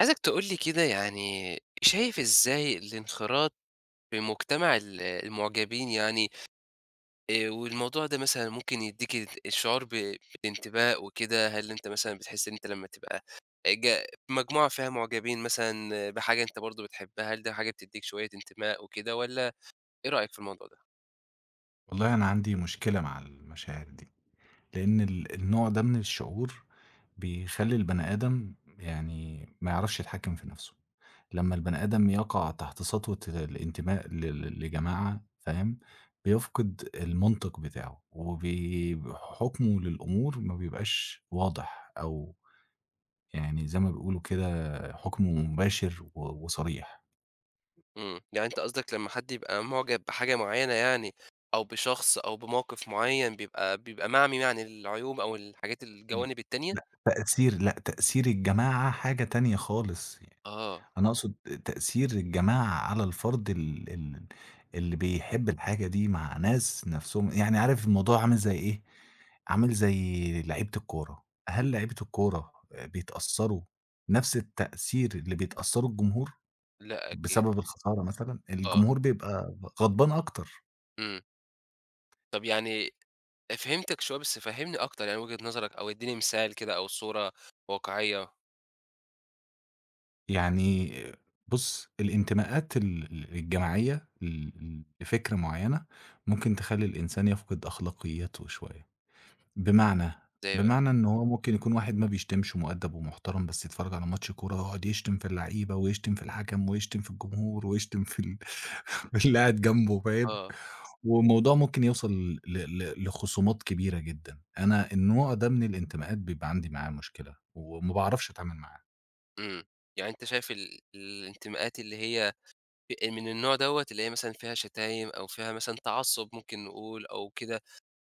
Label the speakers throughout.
Speaker 1: عايزك تقول لي كده يعني. شايف إزاي الانخراط في مجتمع المُعجبين يعني والموضوع ده مثلًا ممكن يدّيك الشعور بانتماء وكده، هل أنت مثلًا بتحس إن أنت لمّا تبقى ج في مجموعة فيها مُعجبين مثلًا بحاجة أنت برضه بتحبها، هل ده حاجة بتدّيك شوية انتماء وكده والّا إيه رأيك في الموضوع ده؟
Speaker 2: والله أنا عندي مشكلة مع المشاعر دي، لإن النوع ده من الشعور بيخلّي البني آدم يعني ما يعرفش يتحكم في نَفْسه، لمّا البني آدم يقع تحت سطوة الانتماء ل ل لجماعة فاهم، بيفقد المنطق بتاعه وبي حُكمه للأمور ما بيبقاش واضح أو يعني زي ما بيقولوا كده حُكم مباشر وصريح.
Speaker 1: إمم، يعني أنت قصدك لمّا حد يبقى مُعجب بحاجة معيّنة يعني أو بشخص أو بموقف معيّن بيبقى معمي يعني العيوب أو الحاجات
Speaker 2: ل
Speaker 1: الجوانب
Speaker 2: لأ،
Speaker 1: التانية؟
Speaker 2: تأثير الجماعة حاجة تانية خالص.
Speaker 1: آه.
Speaker 2: أنا أقصد تأثير الجماعة على الفرد ال ال اللي بيحب الحاجة دي مع ناس نَفْسهم يعني عارف الموضوع عامل زي إيه، عامل زي لعيبة الكورة، هل لعيبة الكورة بيتأثّروا نَفْس التأثير اللي بيتأثّروا الجمهور
Speaker 1: لأ أكيد،
Speaker 2: بسبب الخسارة مثلًا؟
Speaker 1: آه،
Speaker 2: الجمهور بيبقى غضبان أكتر.
Speaker 1: إمم. طَب يعني فهمتك شوية، بس فهّمني أكتر يعني وجهة نظرك أو ادّيني مثال كده أو صورة واقعية.
Speaker 2: يعني بُص الانتماءات الجماعية لفكرة معيّنة ممكن تخلّي الإنسان يفقد أخلاقيّاته شوية. بمعنى،
Speaker 1: زي بقى.
Speaker 2: بمعنى إن هو ممكن يكون واحد ما بيشتمش ومؤدّب ومحترم، بس يتفرّج على ماتش كورة ويقعد يشتم في اللعيبة ويشتم في الحكم ويشتم في الجمهور ويشتم في في اللي قاعد جنبه فاهم،
Speaker 1: آه،
Speaker 2: والموضوع ممكن يوصل ل ل لخصومات كبيرة جدًا. أنا النوع ده من الانتماءات بيبقى عندي معاه مشكلة وما باعرفش أتعامل معاه.
Speaker 1: إمم. يعني أنت شايف الانتماءات اللي هي من النوع دوّة اللي هي مثلًا فيها شتايم أو فيها مثلًا تعصُّب ممكن نقول أو كده،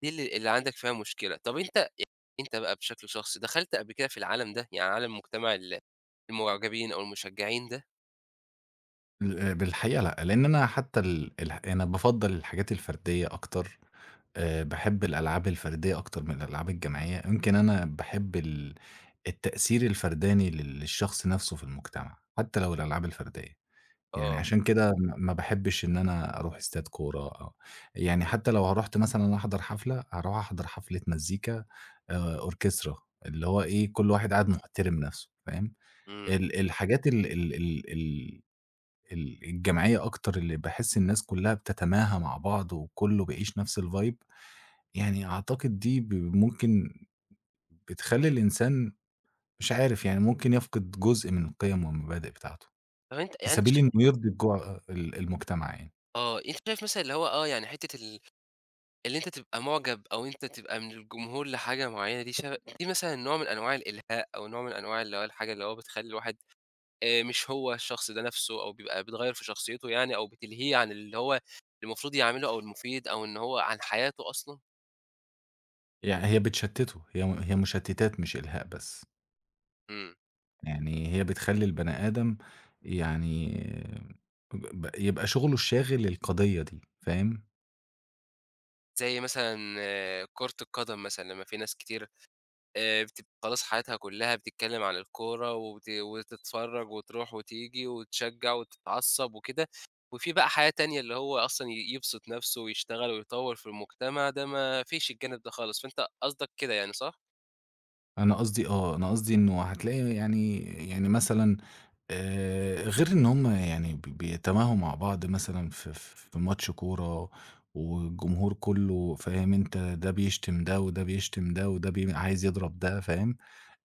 Speaker 1: دي اللي عندك فيها مشكلة. طَب أنت يعني أنت بقى بشكل شخصي دخلت قبل كده في العالم ده، يعني عالم مجتمع المُعجبين أو المشجّعين ده؟
Speaker 2: بالحقيقة لأ، لإن أنا حتى ال الح أنا بافضّل الحاجات الفردية أكتر باحب الألعاب الفردية أكتر من الألعاب الجماعية. يمكن أنا باحب التأثير الفرداني للشخص نَفْسه في المجتمع، حتى لو الألعاب الفردية، يعني
Speaker 1: آه،
Speaker 2: عشان كده ما باحبش إن أنا أروح استاد كورة أو يعني حتى لو رُحت مثلًا أحضر حفلة، هاروح أحضر حفلة مزيكا أوركسترا، اللي هو إيه، كل واحد قاعد محترم نَفْسه، فاهم؟
Speaker 1: إمم.
Speaker 2: ال الحاجات ال ال ال ال ال الجماعية أكتر اللي باحس الناس كُلّها بتتماهى مع بعض وكُلّه بيعيش نَفْس الvibe، يعني أعتقد دي ممكن بتخلّي الإنسان مش عارف، يعني ممكن يفقد جزء من القيم والمبادئ بتاعته،
Speaker 1: طَب أنت
Speaker 2: في
Speaker 1: يعني أنت
Speaker 2: سبيل
Speaker 1: ش
Speaker 2: إنه يرضي الجوع المجتمع يعني.
Speaker 1: آه، أنت شايف مثلًا اللي هو آه، يعني حتّة اللي أنت تبقى مُعجب أو أنت تبقى من الجمهور لحاجة معيّنة دي دي مثلًا نوع من أنواع الإلهاء أو نوع من أنواع اللي هو الحاجة اللي هو بتخلّي الواحد مش هو الشخص ده نَفْسه أو بيبقى بتغيّر في شخصيته يعني أو بتلهيه عن اللي هو المفروض يعمله أو المفيد أو إن هو عن حياته أصلًا؟
Speaker 2: يعني هي بتشتّته، هي مشتتات مش إلهاء بس،
Speaker 1: إمم.
Speaker 2: يعني هي بتخلّي البني آدم يعني يبقى شغله الشاغل القضية دي، فاهم؟
Speaker 1: زي مثلًا آه، كرة القدم مثلًا لمّا في ناس كتير بتبقى خلاص حياتها كلّها بتتكلّم عن الكورة وتتفرّج وتروح وتيجي وتشجّع وتتعصّب وكده، وفي بقى حياة تانية اللي هو أصلًا يبسط نَفْسه ويشتغل ويطوّر في المجتمع، ده ما فيش الجانب ده خالص، فأنت قصدك كده يعني صح؟
Speaker 2: أنا قصدي آه، أنا قصدي إنه هتلاقي يعني مثلًا غير إن هُم يعني بيتماهوا مع بعض مثلًا في ماتش كورة، والجمهور كله فاهم أنت، ده بيشتم ده، وده بيشتم ده، وده عايز يضرب ده فاهم،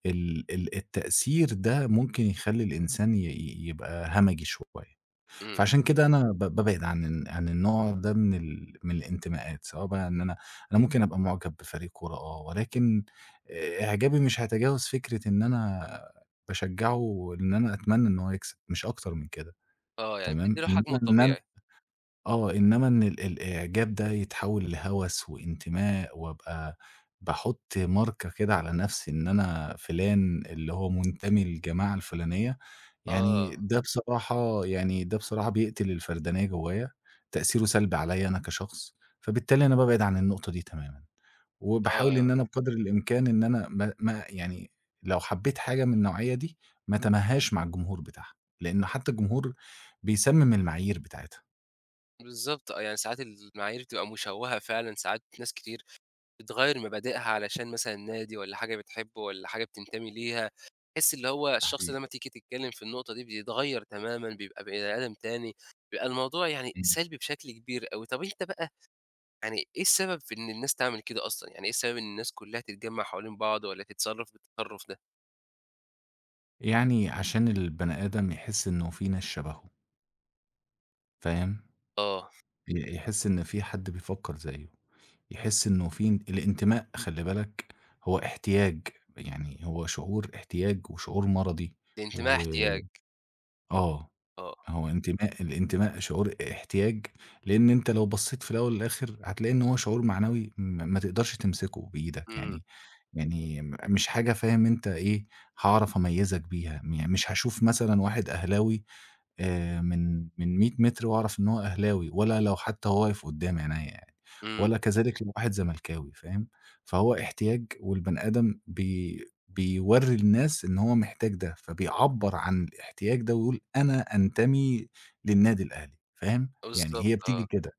Speaker 2: ال ال التأثير ده ممكن يخلّي الإنسان ي ي يبقى همجي شوية.
Speaker 1: إمم،
Speaker 2: فعشان كده أنا بابعد عن عن النوع ده من من الانتماءات، سواء بقى إن أنا ممكن أبقى معجب بفريق كورة آه، ولكن إعجابي مش هيتجاوز فكرة إن أنا باشجعه وإن أنا أتمنى إن هو يكسب، مش أكتر من كده،
Speaker 1: آه، يعني
Speaker 2: تمام؟
Speaker 1: بتدّي له حجمه
Speaker 2: إن
Speaker 1: الطبيعي.
Speaker 2: إنما إن الإعجاب ده يتحوّل لهَوَس وانتماء وأبقى باحُط ماركة كده على نَفْسي إن أنا فُلان اللي هو منتمي للجماعة الفُلانية، يعني
Speaker 1: آه،
Speaker 2: ده بصراحة يعني ده بصراحة بيقتل الفردانية جوّايا، تأثيره سلبي عليّا أنا كشخص، فبالتالي أنا بابعد عن النقطة دي تمامًا،
Speaker 1: آه،
Speaker 2: وباحاول إن أنا بقدر الإمكان إن أنا ما يعني لو حبّيت حاجة من النوعية دي، ما أتماهاش مع الجمهور بتاعها، لإنه حتّى الجمهور بيسمِّم المعايير بتاعتها.
Speaker 1: بالضبط آه، يعني ساعات المعايير بتبقى مشوّهة فعلًا، ساعات ناس كتير بتغيّر مبادئها علشان مثلًا نادي والّا حاجة بتحبه والّا حاجة بتنتمي ليها، تحس اللي هو الشخص ده أمّا تيجي تتكلّم في النقطة دي بيتغيّر تمامًا، بيبقى بني آدم تاني، بيبقى الموضوع يعني
Speaker 2: إمم.
Speaker 1: سلبي بشكل كبير أوي. طب أنت بقى يعني إيه السبب في إن الناس تعمل كده أصلًا، يعني إيه السبب إن الناس كلّها تتجمّع حوالين بعض والّا تتصرّف بالتصرُّف ده؟
Speaker 2: يعني عشان البني آدم يحس إنه في ناس شبهه، فاهم؟
Speaker 1: آه،
Speaker 2: يحس إن في حد بيفكّر زيّه، يحس إنه في ان الانتماء خلّي بالك هو احتياج، يعني هو شعور احتياج وشعور مرضي
Speaker 1: الانتماء
Speaker 2: و
Speaker 1: احتياج،
Speaker 2: آه،
Speaker 1: آه،
Speaker 2: هو الانتماء شعور احتياج، لإن أنت لو بصّيت في الأول والآخر هتلاقي إن هو شعور معنوي ما تقدرش تمسكه بإيدك،
Speaker 1: إمم،
Speaker 2: يعني مش حاجة فاهم أنت إيه، هاعرف أميّزك بيها، يعني مش هاشوف مثلًا واحد أهلاوي من 100 متر وأعرف إن هو أهلاوي، ولا لو حتى هو واقف قدّام عينيّا يعني،
Speaker 1: إمم،
Speaker 2: ولا كذلك لو واحد زملكاوي فاهم؟ فهو احتياج والبني آدم بيورّي الناس إن هو محتاج ده، فبيعبّر عن الاحتياج ده ويقول أنا أنتمي للنادي الأهلي فاهم؟ يعني
Speaker 1: بالضبط،
Speaker 2: هي بتيجي
Speaker 1: آه.
Speaker 2: كده.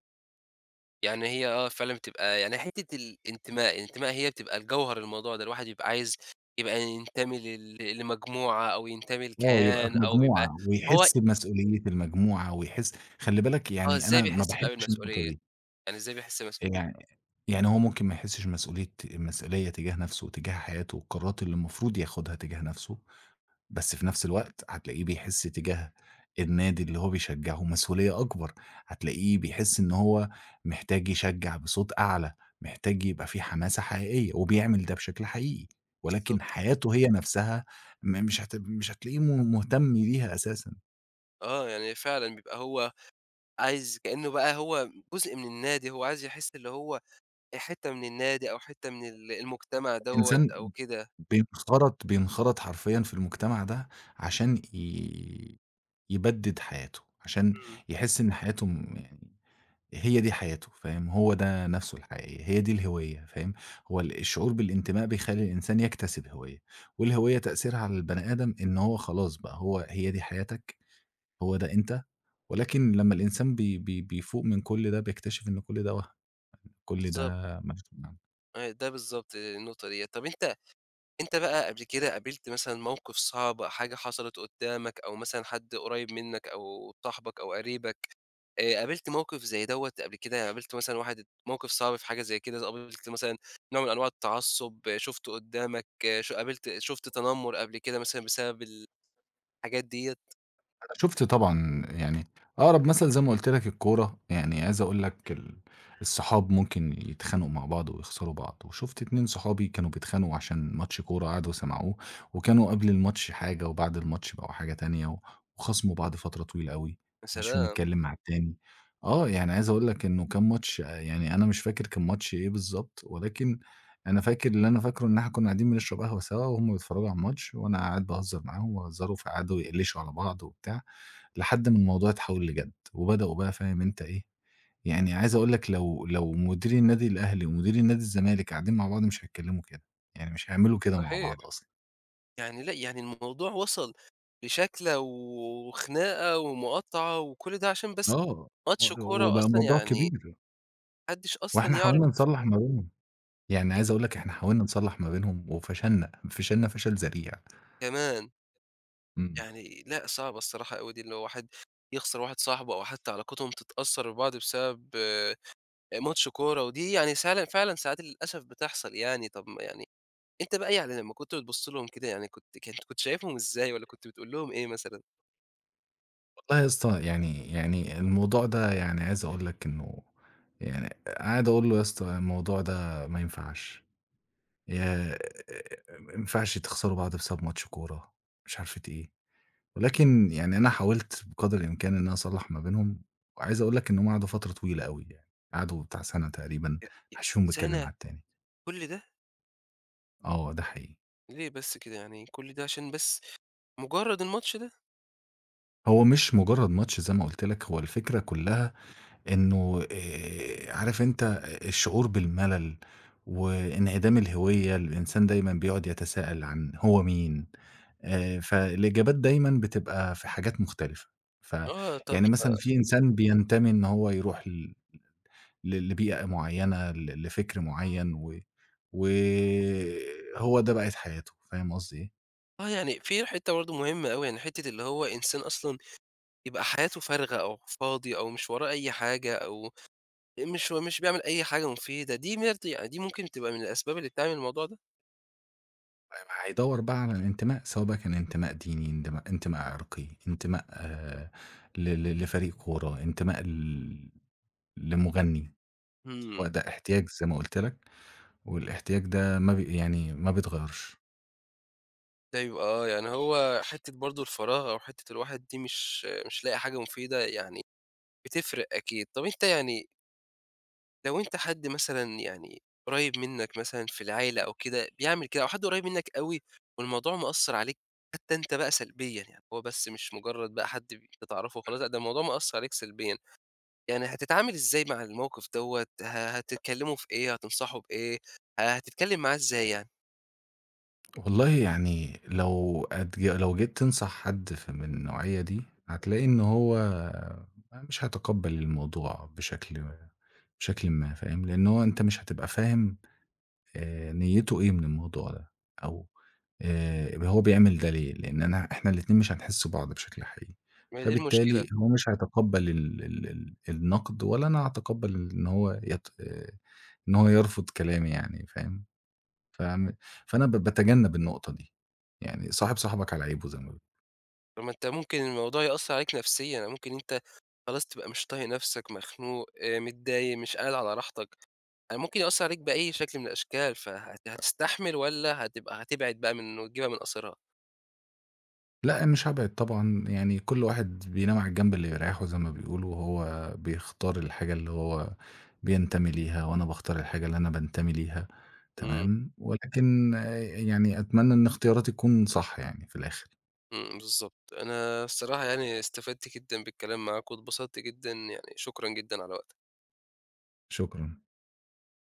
Speaker 1: يعني هي آه، فعلًا بتبقى يعني حتّة الانتماء، الانتماء هي بتبقى الجوهر الموضوع ده، الواحد بيبقى عايز يبقى ينتمي لمجموعة أو ينتمي
Speaker 2: آه، يبقى
Speaker 1: لكيان
Speaker 2: في
Speaker 1: أو يبقى
Speaker 2: مجموعة
Speaker 1: هو
Speaker 2: ويحس بمسؤولية المجموعة ويحس خلّي بالك
Speaker 1: آه،
Speaker 2: يعني
Speaker 1: إزاي
Speaker 2: أنا ما
Speaker 1: بيحس بقى
Speaker 2: باحبش النقطة
Speaker 1: بالمسؤولية،
Speaker 2: دي.
Speaker 1: يعني إزاي بيحس بالمسؤولية،
Speaker 2: يعني يعني هو ممكن ما يحسّش مسؤولية تجاه نَفْسه وتجاه حياته والقرارات اللي المفروض ياخُدها تجاه نَفْسه، بس في نَفْس الوقت هتلاقيه بيحس تجاه النادي اللي هو بيشجّعه مسؤولية أكبر، هتلاقيه بيحس إن هو محتاج يشجّع بصوت أعلى، محتاج يبقى في حماسة حقيقية وبيعمل ده بشكل حقيقي،
Speaker 1: بالضبط،
Speaker 2: ولكن حياته هي نَفْسها م مش هت مش هتلاقيه م مهتم بيها أساسًا.
Speaker 1: آه، يعني فعلًا بيبقى هو عايز كإنه بقى هو جزء من النادي، هو عايز يحس اللي هو حتّة من النادي أو حتّة من المجتمع دوّة
Speaker 2: إنسان
Speaker 1: أو كده،
Speaker 2: بينخرط حرفيًا في المجتمع ده عشان يبدِّد حياته، عشان
Speaker 1: إمم،
Speaker 2: يحس إن حياته يعني هي دي حياته فاهم، هو ده نَفْسه الحقيقية، هي دي الهوية فاهم، هو الشعور بالانتماء بيخلّي الإنسان يكتسب هوية، والهوية تأثيرها على البني آدم إن هو خلاص بقى هو هي دي حياتك، هو ده أنت، ولكن لمّا الإنسان بي بي بيفوق من كل ده بيكتشف إن كل ده وَهْم، كل
Speaker 1: بالضبط،
Speaker 2: ده ملوش معنى.
Speaker 1: آه، ده بالضبط النقطة ديّة. طَب أنت بقى قبل كده قابلت مثلًا موقف صعب، حاجة حصلت قدّامك أو مثلًا حد قريب منك أو صاحبك أو قريبك، قابلت موقف زي دوّة قبل كده؟ يعني قابلت مثلًا واحد موقف صعب في حاجة زي كده، قابلت مثلًا نوع من أنواع التعصب، آه، شُفته قدّامك، ش قابلت شُفت تنمر قبل كده مثلًا بسبب الحاجات ديّة؟
Speaker 2: شُفت طبعًا، يعني أقرب مثل زي ما قُلت لك الكورة، يعني عايز أقول لك الصحاب ممكن يتخانقوا مع بعض ويخسروا بعض، وشُفت 2 صحابي كانوا بيتخانقوا عشان ماتش كورة قعدوا سمعوه، وكانوا قبل الماتش حاجة وبعد الماتش بقوا حاجة تانية، وخاصموا بعض فترة طويلة أوي،
Speaker 1: يا
Speaker 2: ما حدش فيهم
Speaker 1: سلام!
Speaker 2: اتكلم مع التاني. آه، يعني عايز أقول لك إنه كان ماتش يعني أنا مش فاكر كان ماتش إيه بالضبط، ولكن أنا فاكر اللي أنا فاكره إن إحنا كنا قاعدين بنشرب قهوة سوا وهُم بيتفرجوا على الماتش، وأنا قاعد باهزر معاهم وأهزروا، فقعدوا يقلشوا على بعض وبتاع. لحد ما الموضوع اتحول لجد، وبدأوا بقى فاهم أنت إيه، يعني عايز أقول لك لو مدير النادي الأهلي ومدير النادي الزمالك قاعدين مع بعض مش هيتكلموا كده، يعني مش هيعملوا كده مع
Speaker 1: صحيح،
Speaker 2: بعض أصلًا.
Speaker 1: يعني لأ يعني الموضوع وصل لشكْلة وخناقة ومقاطعة وكل ده عشان بس
Speaker 2: آه،
Speaker 1: ماتش كورة
Speaker 2: وبقى
Speaker 1: أصلًا
Speaker 2: موضوع
Speaker 1: يعني
Speaker 2: كبير،
Speaker 1: ما حدش أصلًا
Speaker 2: وإحنا
Speaker 1: يعرف
Speaker 2: حاولنا نصلّح ما بينهم، يعني عايز أقول لك إحنا حاولنا نصلّح ما بينهم وفشلنا، فشلنا فشل ذريع.
Speaker 1: كمان.
Speaker 2: إمم.
Speaker 1: يعني لأ، صعبة الصراحة أوي دي، اللي هو واحد يخسر واحد صاحبه أو حتى علاقتهم تتأثّر ببعض بسبب ماتش كورة، ودي يعني سال فعلًا ساعات للأسف بتحصل يعني. طب ما يعني أنت بقى يعني لمّا كنت بتبُص لهم كده يعني كنت شايفهم إزاي والّا كنت بتقول لهم إيه مثلًا؟
Speaker 2: والله يا اسطى يعني الموضوع ده يعني عايز أقول لك إنه يعني قاعد أقول له: "يا اسطى الموضوع ده ما ينفعش." يا ما ينفعش تخسروا بعض بسبب ماتش كورة، مش عارفة إيه. ولكن يعني أنا حاولت بقدر الإمكان إن أنا أصلّح ما بينهم، وعايز أقول لك إن هُم قعدوا فترة طويلة أوي يعني، قعدوا بتاع سَنة تقريبًا ما
Speaker 1: ي ي
Speaker 2: حدش فيهم بيتكلم مع
Speaker 1: سنة!
Speaker 2: التاني.
Speaker 1: كل ده!
Speaker 2: آه، ده حقيقي.
Speaker 1: ليه بس كده يعني كل ده عشان بس مجرّد الماتش ده؟
Speaker 2: هو مش مجرد ماتش زي ما قُلت لك، هو الفكرة كلّها إنه عارف أنت الشعور بالملل، وانعدام الهوية، الإنسان دايمًا بيقعد يتساءل عن هو مين، فالإجابات دايمًا بتبقى في حاجات مختلفة، ف
Speaker 1: آه، طب
Speaker 2: يعني مثلًا في إنسان بينتمي إن هو يروح ل ل لبيئة معيّنة، لفكر معيّن وهو ده بقت حياته، فاهم قصدي إيه؟
Speaker 1: آه، يعني في حتّة برضه مهمة أوي، يعني حتّة اللي هو إنسان أصلًا يبقى حياته فارغة أو فاضي أو مش وراه أي حاجة أو مش هو مش بيعمل أي حاجة مفيدة، دي برضه يعني دي ممكن تبقى من الأسباب اللي بتعمل الموضوع ده؟
Speaker 2: هيدوّر بقى على الانتماء، سواء بقى كان انتماء ديني، انتماء عرقي، انتماء ل ل لفريق كورة، انتماء لمغني،
Speaker 1: إمم،
Speaker 2: هو ده احتياج زي ما قُلت لك، والاحتياج ده ما بيتغيّرش.
Speaker 1: ده يبقى آه، يعني هو حتّة برضه الفراغ أو حتّة الواحد دي مش لاقي حاجة مفيدة يعني بتفرق أكيد. طب أنت يعني لو أنت حد مثلًا يعني قريّب منّك مثلًا في العيلة أو كده بيعمل كده أو حد قريّب منّك أوي والموضوع مأثّر عليك حتّى أنت بقى سلبيًا، يعني هو بس مش مجرّد بقى حد أنت تعرفه وخلاص، لأ ده الموضوع مأثّر عليك سلبيًا. يعني هتتعامل إزاي مع الموقف دوّة، هتتكلموا في إيه، هتنصحه بإيه، هتتكلم معاه إزاي يعني؟
Speaker 2: والله يعني لو جيت تنصح حد من النوعية دي، هتلاقي إن هو مش هيتقبّل الموضوع بشكلٍ ما، فاهم؟ لإن هو أنت مش هتبقى فاهم نيّته إيه من الموضوع ده، أو هو بيعمل ده ليه؟ لإن إحنا الاتنين مش هنحس ببعض بشكل حقيقي،
Speaker 1: ما هي دي المشكلة،
Speaker 2: فبالتالي هو مش هيتقبّل ال ال ال النقد ولا أنا هاتقبّل إن هو يت إن هو يرفض كلامي يعني فاهم؟ فم فأنا باتجنب النقطة دي، يعني صاحب صاحبك على عيبه زي ما.
Speaker 1: طب ما أنت ممكن الموضوع يأثّر عليك نفسيًا، يعني ممكن أنت خلاص تبقى مش طايق نفسك، مخنوق، متضايق، مش قاعد على راحتك، يعني ممكن يأثّر عليك بأي شكل من الأشكال، هتستحمل والّا هتبعد بقى وتجيبها من قصرها؟
Speaker 2: لأ مش هابعد طبعًا، يعني كل واحد بينام على الجنب اللي يريحه زي ما بيقولوا، وهو بيختار الحاجة اللي هو بينتمي ليها، وأنا باختار الحاجة اللي أنا بانتمي ليها،
Speaker 1: إمم،
Speaker 2: تمام، ولكن آه، يعني أتمنى إن اختياراتي تكون صح يعني في الآخر.
Speaker 1: إمم، بالضبط، أنا الصراحة يعني استفدت جدًا بالكلام معاك واتبسطت جدًا، يعني شكرًا جدًا على وقتك.
Speaker 2: شكرًا.